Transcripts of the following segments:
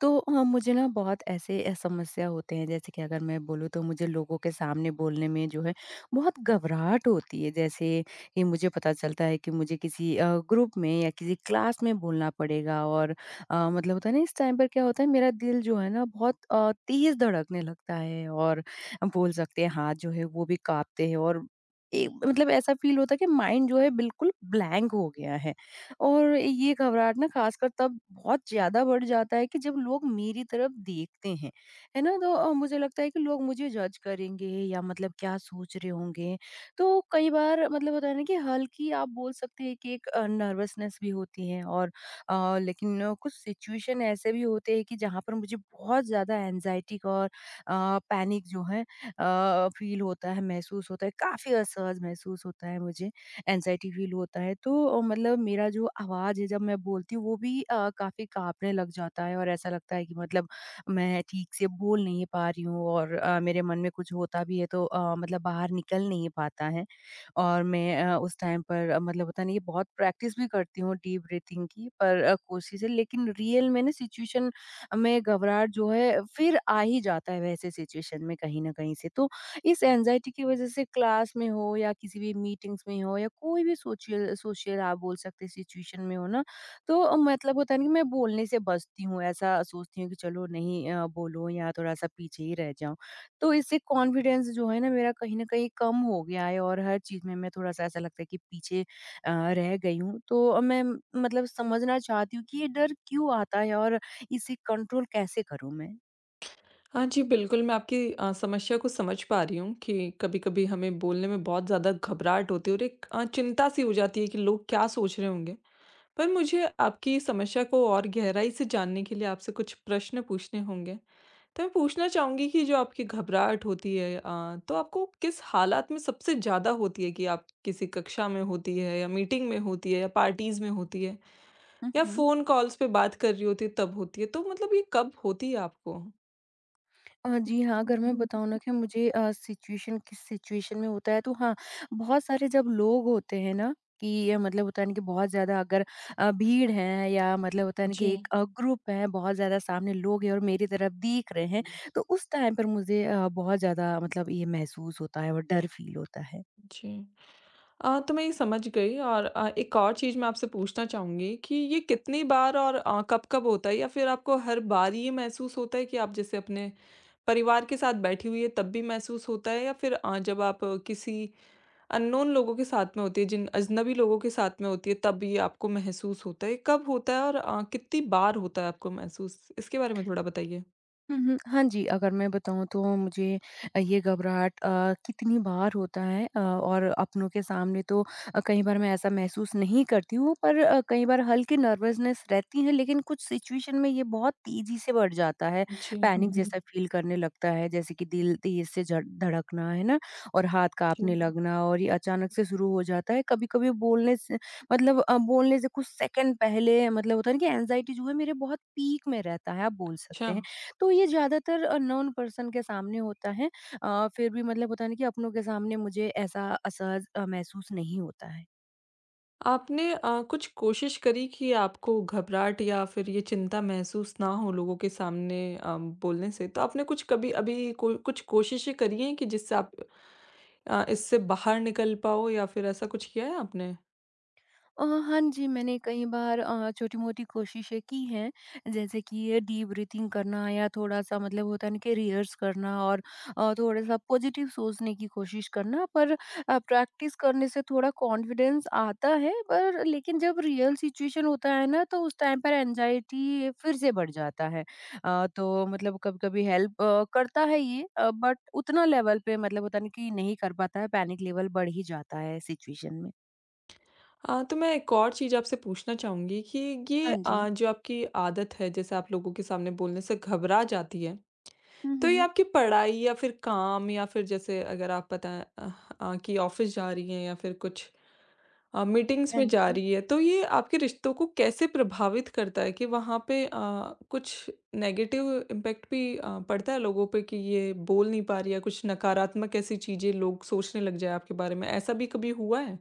मुझे ना बहुत ऐसे समस्या होते हैं जैसे कि अगर मैं बोलूँ तो मुझे लोगों के सामने बोलने में जो है बहुत घबराहट होती है। जैसे ये मुझे पता चलता है कि मुझे किसी ग्रुप में या किसी क्लास में बोलना पड़ेगा और मतलब होता है ना इस टाइम पर क्या होता है मेरा दिल जो है ना बहुत तेज़ धड़कने लगता है और हम बोल सकते हैं हाथ जो है वो भी काँपते हैं और एक मतलब ऐसा फ़ील होता है कि माइंड जो है बिल्कुल ब्लैंक हो गया है। और ये घबराहट ना खासकर तब बहुत ज़्यादा बढ़ जाता है कि जब लोग मेरी तरफ देखते हैं, है ना? तो मुझे लगता है कि लोग मुझे जज करेंगे या मतलब क्या सोच रहे होंगे। तो कई बार मतलब होता है ना कि हल्की आप बोल सकते हैं कि एक नर्वसनेस भी होती है और लेकिन कुछ सिचुएशन ऐसे भी होते हैं कि जहाँ पर मुझे बहुत ज़्यादा एंग्ज़ायटी और पैनिक जो है फ़ील होता है, महसूस होता है, काफ़ी असहज महसूस होता है मुझे। एंग्ज़ायटी फ़ील होता है। तो मतलब मेरा जो आवाज़ है जब मैं बोलती हूँ वो भी काफ़ी काँपने लग जाता है और ऐसा लगता है कि मतलब मैं ठीक से बोल नहीं पा रही हूँ और मेरे मन में कुछ होता भी है तो मतलब बाहर निकल नहीं पाता है। और मैं उस टाइम पर मतलब होता नहीं है बहुत प्रैक्टिस भी करती हूँ डीप ब्रीथिंग की पर कोशिश है लेकिन रियल में ना सिचुएशन में घबराहट जो है फिर आ ही जाता है वैसे सिचुएशन में कहीं न कहीं से। तो इस एंग्जायटी की वज़ह से क्लास में हो या किसी भी मीटिंग्स में हो या कोई भी सोशल सोशल आप बोल सकते हैं सिचुएशन में हो ना, तो मतलब होता है ना कि मैं बोलने से बचती हूँ, ऐसा सोचती हूँ कि चलो नहीं बोलो या थोड़ा-सा पीछे ही रह जाऊँ। तो इससे कॉन्फिडेंस जो है ना मेरा कहीं न कहीं कम हो गया है और हर चीज़ में मैं थोड़ा-सा ऐसा लगता है कि पीछे रह गई हूँ। तो मैं मतलब समझना चाहती हूँ कि ये डर क्यों आता है और इसे कंट्रोल कैसे करूँ मैं? हाँ जी, बिल्कुल, मैं आपकी समस्या को समझ पा रही हूँ कि कभी-कभी हमें बोलने में बहुत ज़्यादा घबराहट होती है और एक चिंता-सी हो जाती है कि लोग क्या सोच रहे होंगे। पर मुझे आपकी समस्या को और गहराई से जानने के लिए आपसे कुछ प्रश्न पूछने होंगे। तो मैं पूछना चाहूँगी कि जो आपकी घबराहट होती है तो आपको किस हालात में सबसे ज़्यादा होती है कि आप किसी कक्षा में होती है या मीटिंग में होती है या पार्टीज़ में होती है हुँ, या हुँ। फ़ोन कॉल्स पे बात कर रही होती है तब होती है? तो मतलब ये कब होती है आपको? जी हाँ, अगर मैं बताऊँ ना कि मुझे अ, सिचुएशन किस सिचुएशन में होता है तो हाँ, बहुत सारे जब लोग होते हैं ना कि ये मतलब होता है ना कि बहुत ज़्यादा अगर भीड़ है या मतलब होता है ना जी। कि एक ग्रुप है, बहुत ज़्यादा सामने लोग हैं और मेरी तरफ देख रहे हैं, तो उस टाइम पर मुझे बहुत ज़्यादा मतलब ये महसूस होता है और डर फ़ील होता है। जी। तो मैं ये समझ गई और एक और चीज़ मैं आपसे पूछना चाहूँगी कि ये कितनी बार और कब-कब होता है या फिर आपको हर बार ये महसूस होता है कि आप जैसे अपने परिवार के साथ बैठी हुई है तब भी महसूस होता है या फिर जब आप किसी अननोन लोगों के साथ में होती है, जिन अजनबी लोगों के साथ में होती है तब ये आपको महसूस होता है? कब होता है और कितनी बार होता है आपको महसूस? इसके बारे में थोड़ा बताइए। हुँ, हुँ। हाँ जी, अगर मैं बताऊँ तो मुझे ये घबराहट कितनी बार होता है और अपनों के सामने तो कई बार मैं ऐसा महसूस नहीं करती हूँ, पर कई बार हल्की नर्वसनेस रहती है, लेकिन कुछ सिचुएशन में ये बहुत तेज़ी से बढ़ जाता है। जी। हुँ, पैनिक हुँ। जैसा फ़ील करने लगता है, जैसे कि दिल तेज़ से झड़ धड़कना, है ना? और हाथ काँपने जी, लगना और ये अचानक से शुरू हो जाता है। कभी-कभी बोलने से मतलब बोलने से कुछ सेकंड पहले मतलब होता है ना कि एंग्ज़ायटी जो है मेरे बहुत पीक में रहता है, आप बोल अच्छा। सकते हैं। तो ये ज़्यादातर अननोन पर्सन के सामने होता है फिर भी मतलब होता है ना कि अपनों के सामने मुझे ऐसा असहज महसूस नहीं होता है। आपने कुछ कोशिश करी कि आपको घबराहट या फिर ये चिंता महसूस ना हो लोगों के सामने बोलने से? तो आपने कुछ कभी अभी को कुछ कोशिशें करी हैं कि जिससे आप इससे बाहर निकल पाओ या फिर ऐसा कुछ किया है आपने? हाँ जी, मैंने कई बार छोटी-मोटी कोशिशें की हैं, जैसे कि ये डीप ब्रीथिंग करना या थोड़ा-सा मतलब होता है ना कि रिहर्स करना और थोड़ा-सा पॉजिटिव सोचने की कोशिश करना। पर प्रैक्टिस करने से थोड़ा कॉन्फिडेंस आता है, पर लेकिन जब रियल सिचुएशन होता है ना, तो उस टाइम पर एंग्जायटी फिर से बढ़ जाता है। तो मतलब कभी-कभी हेल्प करता है ये बट उतना लेवल पे मतलब होता है ना कि नहीं कर पाता है, पैनिक लेवल बढ़ ही जाता है सिचुएशन में। तो मैं एक और चीज़ आपसे पूछना चाहूँगी कि ये हाँ जी। जो आपकी आदत है जैसे आप लोगों के सामने बोलने से घबरा जाती है, हुँ, तो ये हुँ। आपकी पढ़ाई या फिर काम या फिर जैसे अगर आप पता कि ऑफ़िस जा रही हैं या फिर कुछ मीटिंग्स हाँ में जा जी। रही है, तो ये आपके रिश्तों को कैसे प्रभावित करता है कि वहाँ पे कुछ नेगेटिव इम्पैक्ट भी पड़ता है लोगों पे कि ये बोल नहीं पा रही है, कुछ नकारात्मक ऐसी चीज़ें लोग सोचने लग जाए आपके बारे में, ऐसा भी कभी हुआ है?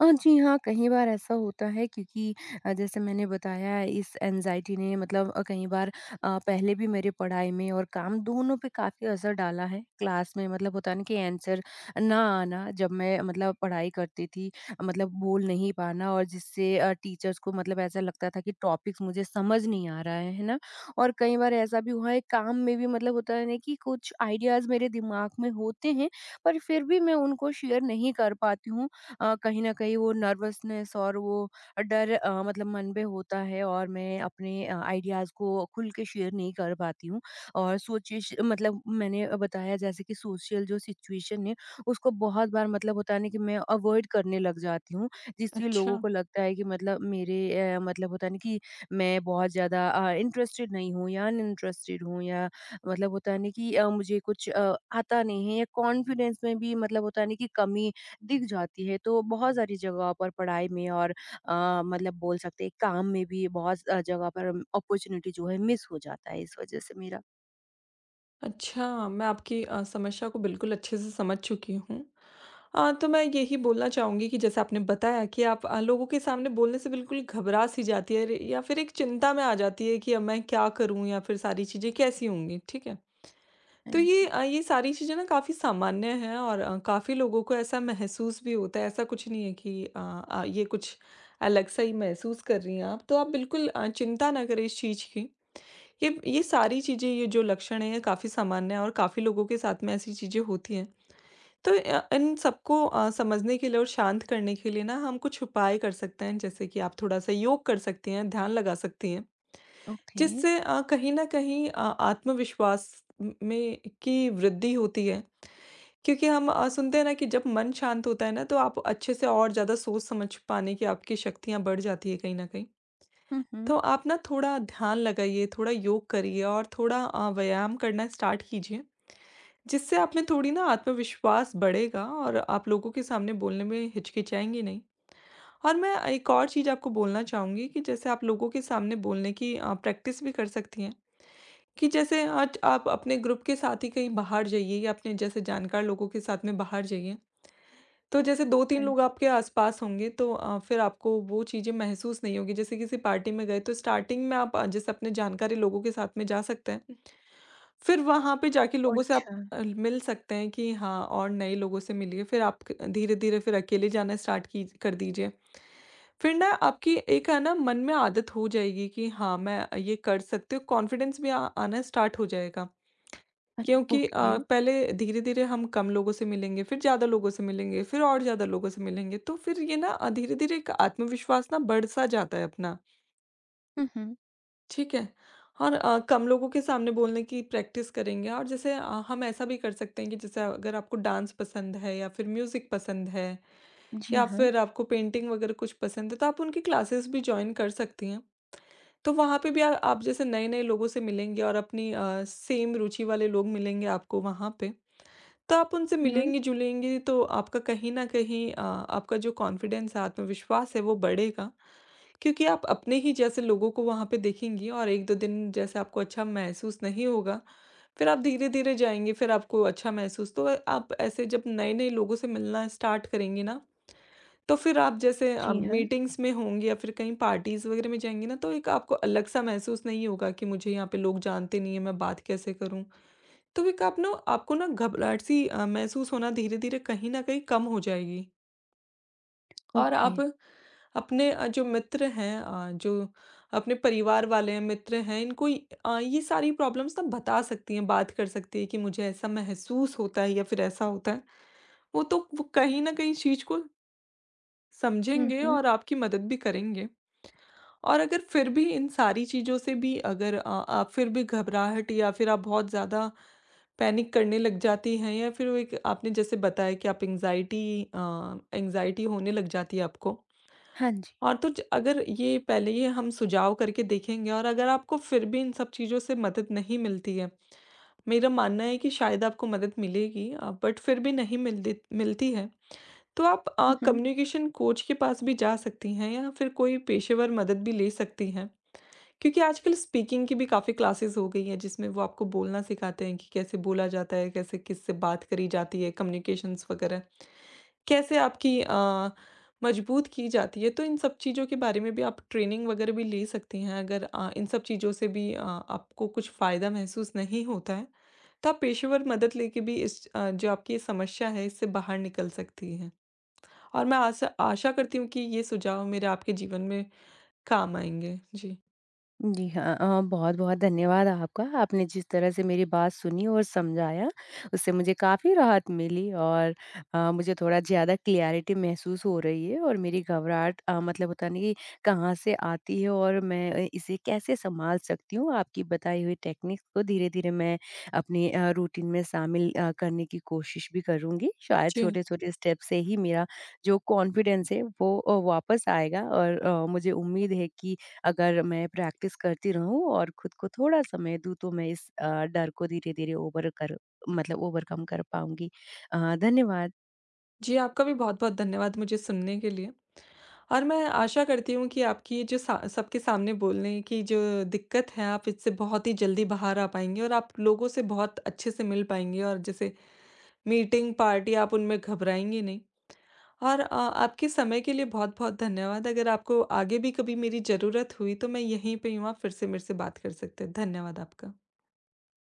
जी हाँ, कई बार ऐसा होता है क्योंकि जैसे मैंने बताया इस एंग्ज़ायटी ने मतलब कई बार पहले भी मेरी पढ़ाई में और काम दोनों पे काफ़ी असर डाला है। क्लास में मतलब होता है ना कि आंसर ना आना जब मैं मतलब पढ़ाई करती थी मतलब बोल नहीं पाना और जिससे टीचर्स को मतलब ऐसा लगता था कि टॉपिक्स मुझे समझ नहीं आ रहा है ना? और कई बार ऐसा भी हुआ है काम में भी मतलब होता है ना कि कुछ आइडियाज़ मेरे दिमाग में होते हैं पर फिर भी मैं उनको शेयर नहीं कर पाती हूँ कहीं न कहीं वो नर्वसनेस और वो डर मतलब मन में होता है और मैं अपने आइडियाज़ को खुल के शेयर नहीं कर पाती हूँ। और सोचिश मतलब मैंने बताया जैसे कि सोशल जो सिचुएशन है, उसको बहुत बार मतलब होता है ना कि मैं अवॉइड करने लग जाती हूँ, जिससे अच्छा। लोगों को लगता है कि मतलब मेरे मतलब होता है ना कि मैं बहुत ज़्यादा इंटरेस्टेड नहीं हूँ या अनइंटरेस्टेड हूँ या मतलब होता है ना कि मुझे कुछ आता नहीं है या कॉन्फिडेंस में भी मतलब होता है ना कि कमी दिख जाती है। तो बहुत सारी जगह पर पढ़ाई में और अ, मतलब बोल सकते हैं काम में भी बहुत जगह पर अपॉर्चुनिटी जो है मिस हो जाता है इस वजह से मेरा। अच्छा, मैं आपकी समस्या को बिल्कुल अच्छे से समझ चुकी हूँ। तो मैं यही बोलना चाहूँगी कि जैसे आपने बताया कि आप लोगों के सामने बोलने से बिल्कुल घबरा-सी जाती है रे या फिर एक चिंता में आ जाती है कि अब मैं क्या करूँ या फिर सारी चीज़ें कैसी होंगी, ठीक है? हाँ तो ये जी। ये सारी चीज़ें ना काफ़ी सामान्य हैं और काफ़ी लोगों को ऐसा महसूस भी होता है। ऐसा कुछ नहीं है कि ये कुछ अलग सा ही महसूस कर रही हैं आप। तो आप बिल्कुल चिंता ना करें इस चीज़ की। ये सारी चीज़ें, ये जो लक्षण हैं, ये काफ़ी सामान्य हैं और काफ़ी लोगों के साथ में ऐसी चीज़ें होती हैं। तो इन सबको समझने के लिए और शांत करने के लिए ना हम कुछ उपाय कर सकते हैं। जैसे कि आप थोड़ा-सा योग कर सकती हैं, ध्यान लगा सकती हैं। ओके। जिससे कहीं न कहीं आत्मविश्वास म में की वृद्धि होती है। क्योंकि हम सुनते हैं ना कि जब मन शांत होता है ना तो आप अच्छे से और ज़्यादा सोच समझ पाने की आपकी शक्तियाँ बढ़ जाती है कहीं न कहीं। हुँ, हुँ। तो आप ना थोड़ा ध्यान लगाइए, थोड़ा योग करिए और थोड़ा व्यायाम करना स्टार्ट कीजिए, जिससे आप में थोड़ी ना आत्मविश्वास बढ़ेगा और आप लोगों के सामने बोलने में हिचकिचाएँगे नहीं। और मैं एक और चीज़ आपको बोलना चाहूँगी कि जैसे आप लोगों के सामने बोलने की प्रैक्टिस भी कर सकती हैं। कि जैसे आज आप अपने ग्रुप के साथ ही कहीं बाहर जाइए या अपने जैसे जानकार लोगों के साथ में बाहर जाइए, तो जैसे 2-3 हाँ लोग जी। आपके आसपास होंगे तो फिर आपको वो चीज़ें महसूस नहीं होगी। जैसे किसी पार्टी में गए तो स्टार्टिंग में आप जैसे अपने जानकारी लोगों के साथ में जा सकते हैं। फिर वहाँ पे जाके लोगों से आप अच्छा। मिल सकते हैं कि हाँ और नए लोगों से मिलिए। फिर आप क धीरे-धीरे फिर अकेले जाना स्टार्ट कीज कर दीजिए। फिर ना आपकी एक है ना मन में आदत हो जाएगी कि हाँ, मैं ये कर सकती हूँ, कॉन्फिडेंस भी आ आना स्टार्ट हो जाएगा। अच क्योंकि ओके। पहले धीरे-धीरे हम कम लोगों से मिलेंगे, फिर ज़्यादा लोगों से मिलेंगे, फिर और ज़्यादा लोगों से मिलेंगे, तो फिर ये ना धीरे-धीरे एक आत्मविश्वास ना बढ़-सा जाता है अपना, हुँ, हुँ। ठीक है? और कम लोगों के सामने बोलने की प्रैक्टिस करेंगे और जैसे हम ऐसा भी कर सकते हैं कि जैसे अगर आपको डांस पसंद है या फिर म्यूज़िक पसंद है जी या हाँ। फिर आपको पेंटिंग वगैरह कुछ पसंद है, तो आप उनकी क्लासेस भी जॉइन कर सकती हैं। तो वहाँ पे भी आ आप जैसे नए-नए लोगों से मिलेंगे और अपनी सेम रुचि वाले लोग मिलेंगे आपको वहाँ पे। तो आप उनसे हुँ, हुँ। मिलेंगी-जुलेंगी तो आपका कहीं न कहीं आपका जो कॉन्फिडेंस है, आत्मविश्वास है वो बढ़ेगा, क्योंकि आप अपने ही जैसे लोगों को वहाँ पे देखेंगी और 1-2 दिन जैसे आपको अच्छा महसूस नहीं होगा, फिर आप धीरे-धीरे जाएँगी, फिर आपको अच्छा महसूस तो आप ऐसे जब नए-नए लोगों से मिलना स्टार्ट करेंगी ना, तो फिर आप जैसे जी हाँ। मीटिंग्स में होंगी या फिर कहीं पार्टीज़ वगैरह में जाएँगी ना, तो एक आपको अलग-सा महसूस नहीं होगा कि मुझे यहाँ पे लोग जानते नहीं हैं, मैं बात कैसे करूँ? तो एक आप ना आपको ना घबराहट सी महसूस होना धीरे-धीरे कहीं न कहीं कम हो जाएगी और ओके। आप अपने जो मित्र हैं जो अपने परिवार वाले हैं, मित्र हैं, इनको ये सारी प्रॉब्लम्स ना बता सकती हैं, बात कर सकती हैं कि मुझे ऐसा महसूस होता है या फिर ऐसा होता है। वो कहीं न कहीं इस चीज़ को हुँ, समझेंगे हुँ। और आपकी मदद भी करेंगे। और अगर फिर भी इन सारी चीज़ों से भी अगर आप फिर भी घबराहट या फिर आप बहुत ज़्यादा पैनिक करने लग जाती हैं या फिर वो एक आपने जैसे बताया कि आप एंग्जाइटी एंग्जाइटी होने लग जाती है आपको हाँ जी। और तो अगर ये पहले ये हम सुझाव करके देखेंगे और अगर आपको फिर भी इन सब चीज़ों से मदद नहीं मिलती है मेरा मानना है कि शायद आपको मदद मिलेगी बट फिर भी नहीं मिलती मिलती है तो आप हुँ, हुँ। कम्युनिकेशन कोच के पास भी जा सकती हैं या फिर कोई पेशेवर मदद भी ले सकती हैं क्योंकि आजकल स्पीकिंग की भी काफ़ी क्लासेस हो गई हैं जिसमें वो आपको बोलना सिखाते हैं कि कैसे बोला जाता है, कैसे किससे बात करी जाती है, कम्युनिकेशंस वगैरह, कैसे आपकी मजबूत की जाती है। तो इन सब चीज़ों के बारे में भी आप ट्रेनिंग वगैरह भी ले सकती हैं अगर इन सब चीज़ों से भी आपको कुछ फ़ायदा महसूस नहीं होता है, तो आप पेशेवर मदद लेके भी इस जो आपकी ये समस्या है इससे बाहर निकल सकती हैं। और मैं आशा आशा करती हूँ कि ये सुझाव मेरे आपके जीवन में काम आएँगे। जी। जी हाँ, बहुत-बहुत धन्यवाद आपका। आपने जिस तरह से मेरी बात सुनी और समझाया, उससे मुझे काफ़ी राहत मिली और मुझे थोड़ा ज़्यादा क्लैरिटी महसूस हो रही है और मेरी घबराहट मतलब पता नहीं कहाँ से आती है और मैं इसे कैसे सँभाल सकती हूँ। आपकी बताई हुई टेक्निक्स को धीरे-धीरे मैं अपने रूटीन में शामिल करने की कोशिश भी करूँगी। शायद जी। छोटे-छोटे स्टेप से ही मेरा जो कॉन्फिडेंस है वो वापस आएगा और मुझे उम्मीद है कि अगर मैं प्रैक्टिस करती रहूँ और खुद को थोड़ा समय दूँ तो मैं इस डर को धीरे-धीरे ओवरकम कर पाऊँगी। धन्यवाद। जी, आपका भी बहुत-बहुत धन्यवाद मुझे सुनने के लिए और मैं आशा करती हूँ कि आपकी ये जो सा सबके सामने बोलने की जो दिक्कत है, आप इससे बहुत ही जल्दी बाहर आ पाएँगे और आप लोगों से बहुत अच्छे से मिल पाएँगे और जैसे मीटिंग, पार्टी आप उनमें घबराएँगे नहीं और आपके समय के लिए बहुत-बहुत धन्यवाद। अगर आपको आगे भी कभी मेरी ज़रूरत हुई, तो मैं यहीं पे हूँ, आप फिर से मेरे से बात कर सकते हैं। धन्यवाद आपका।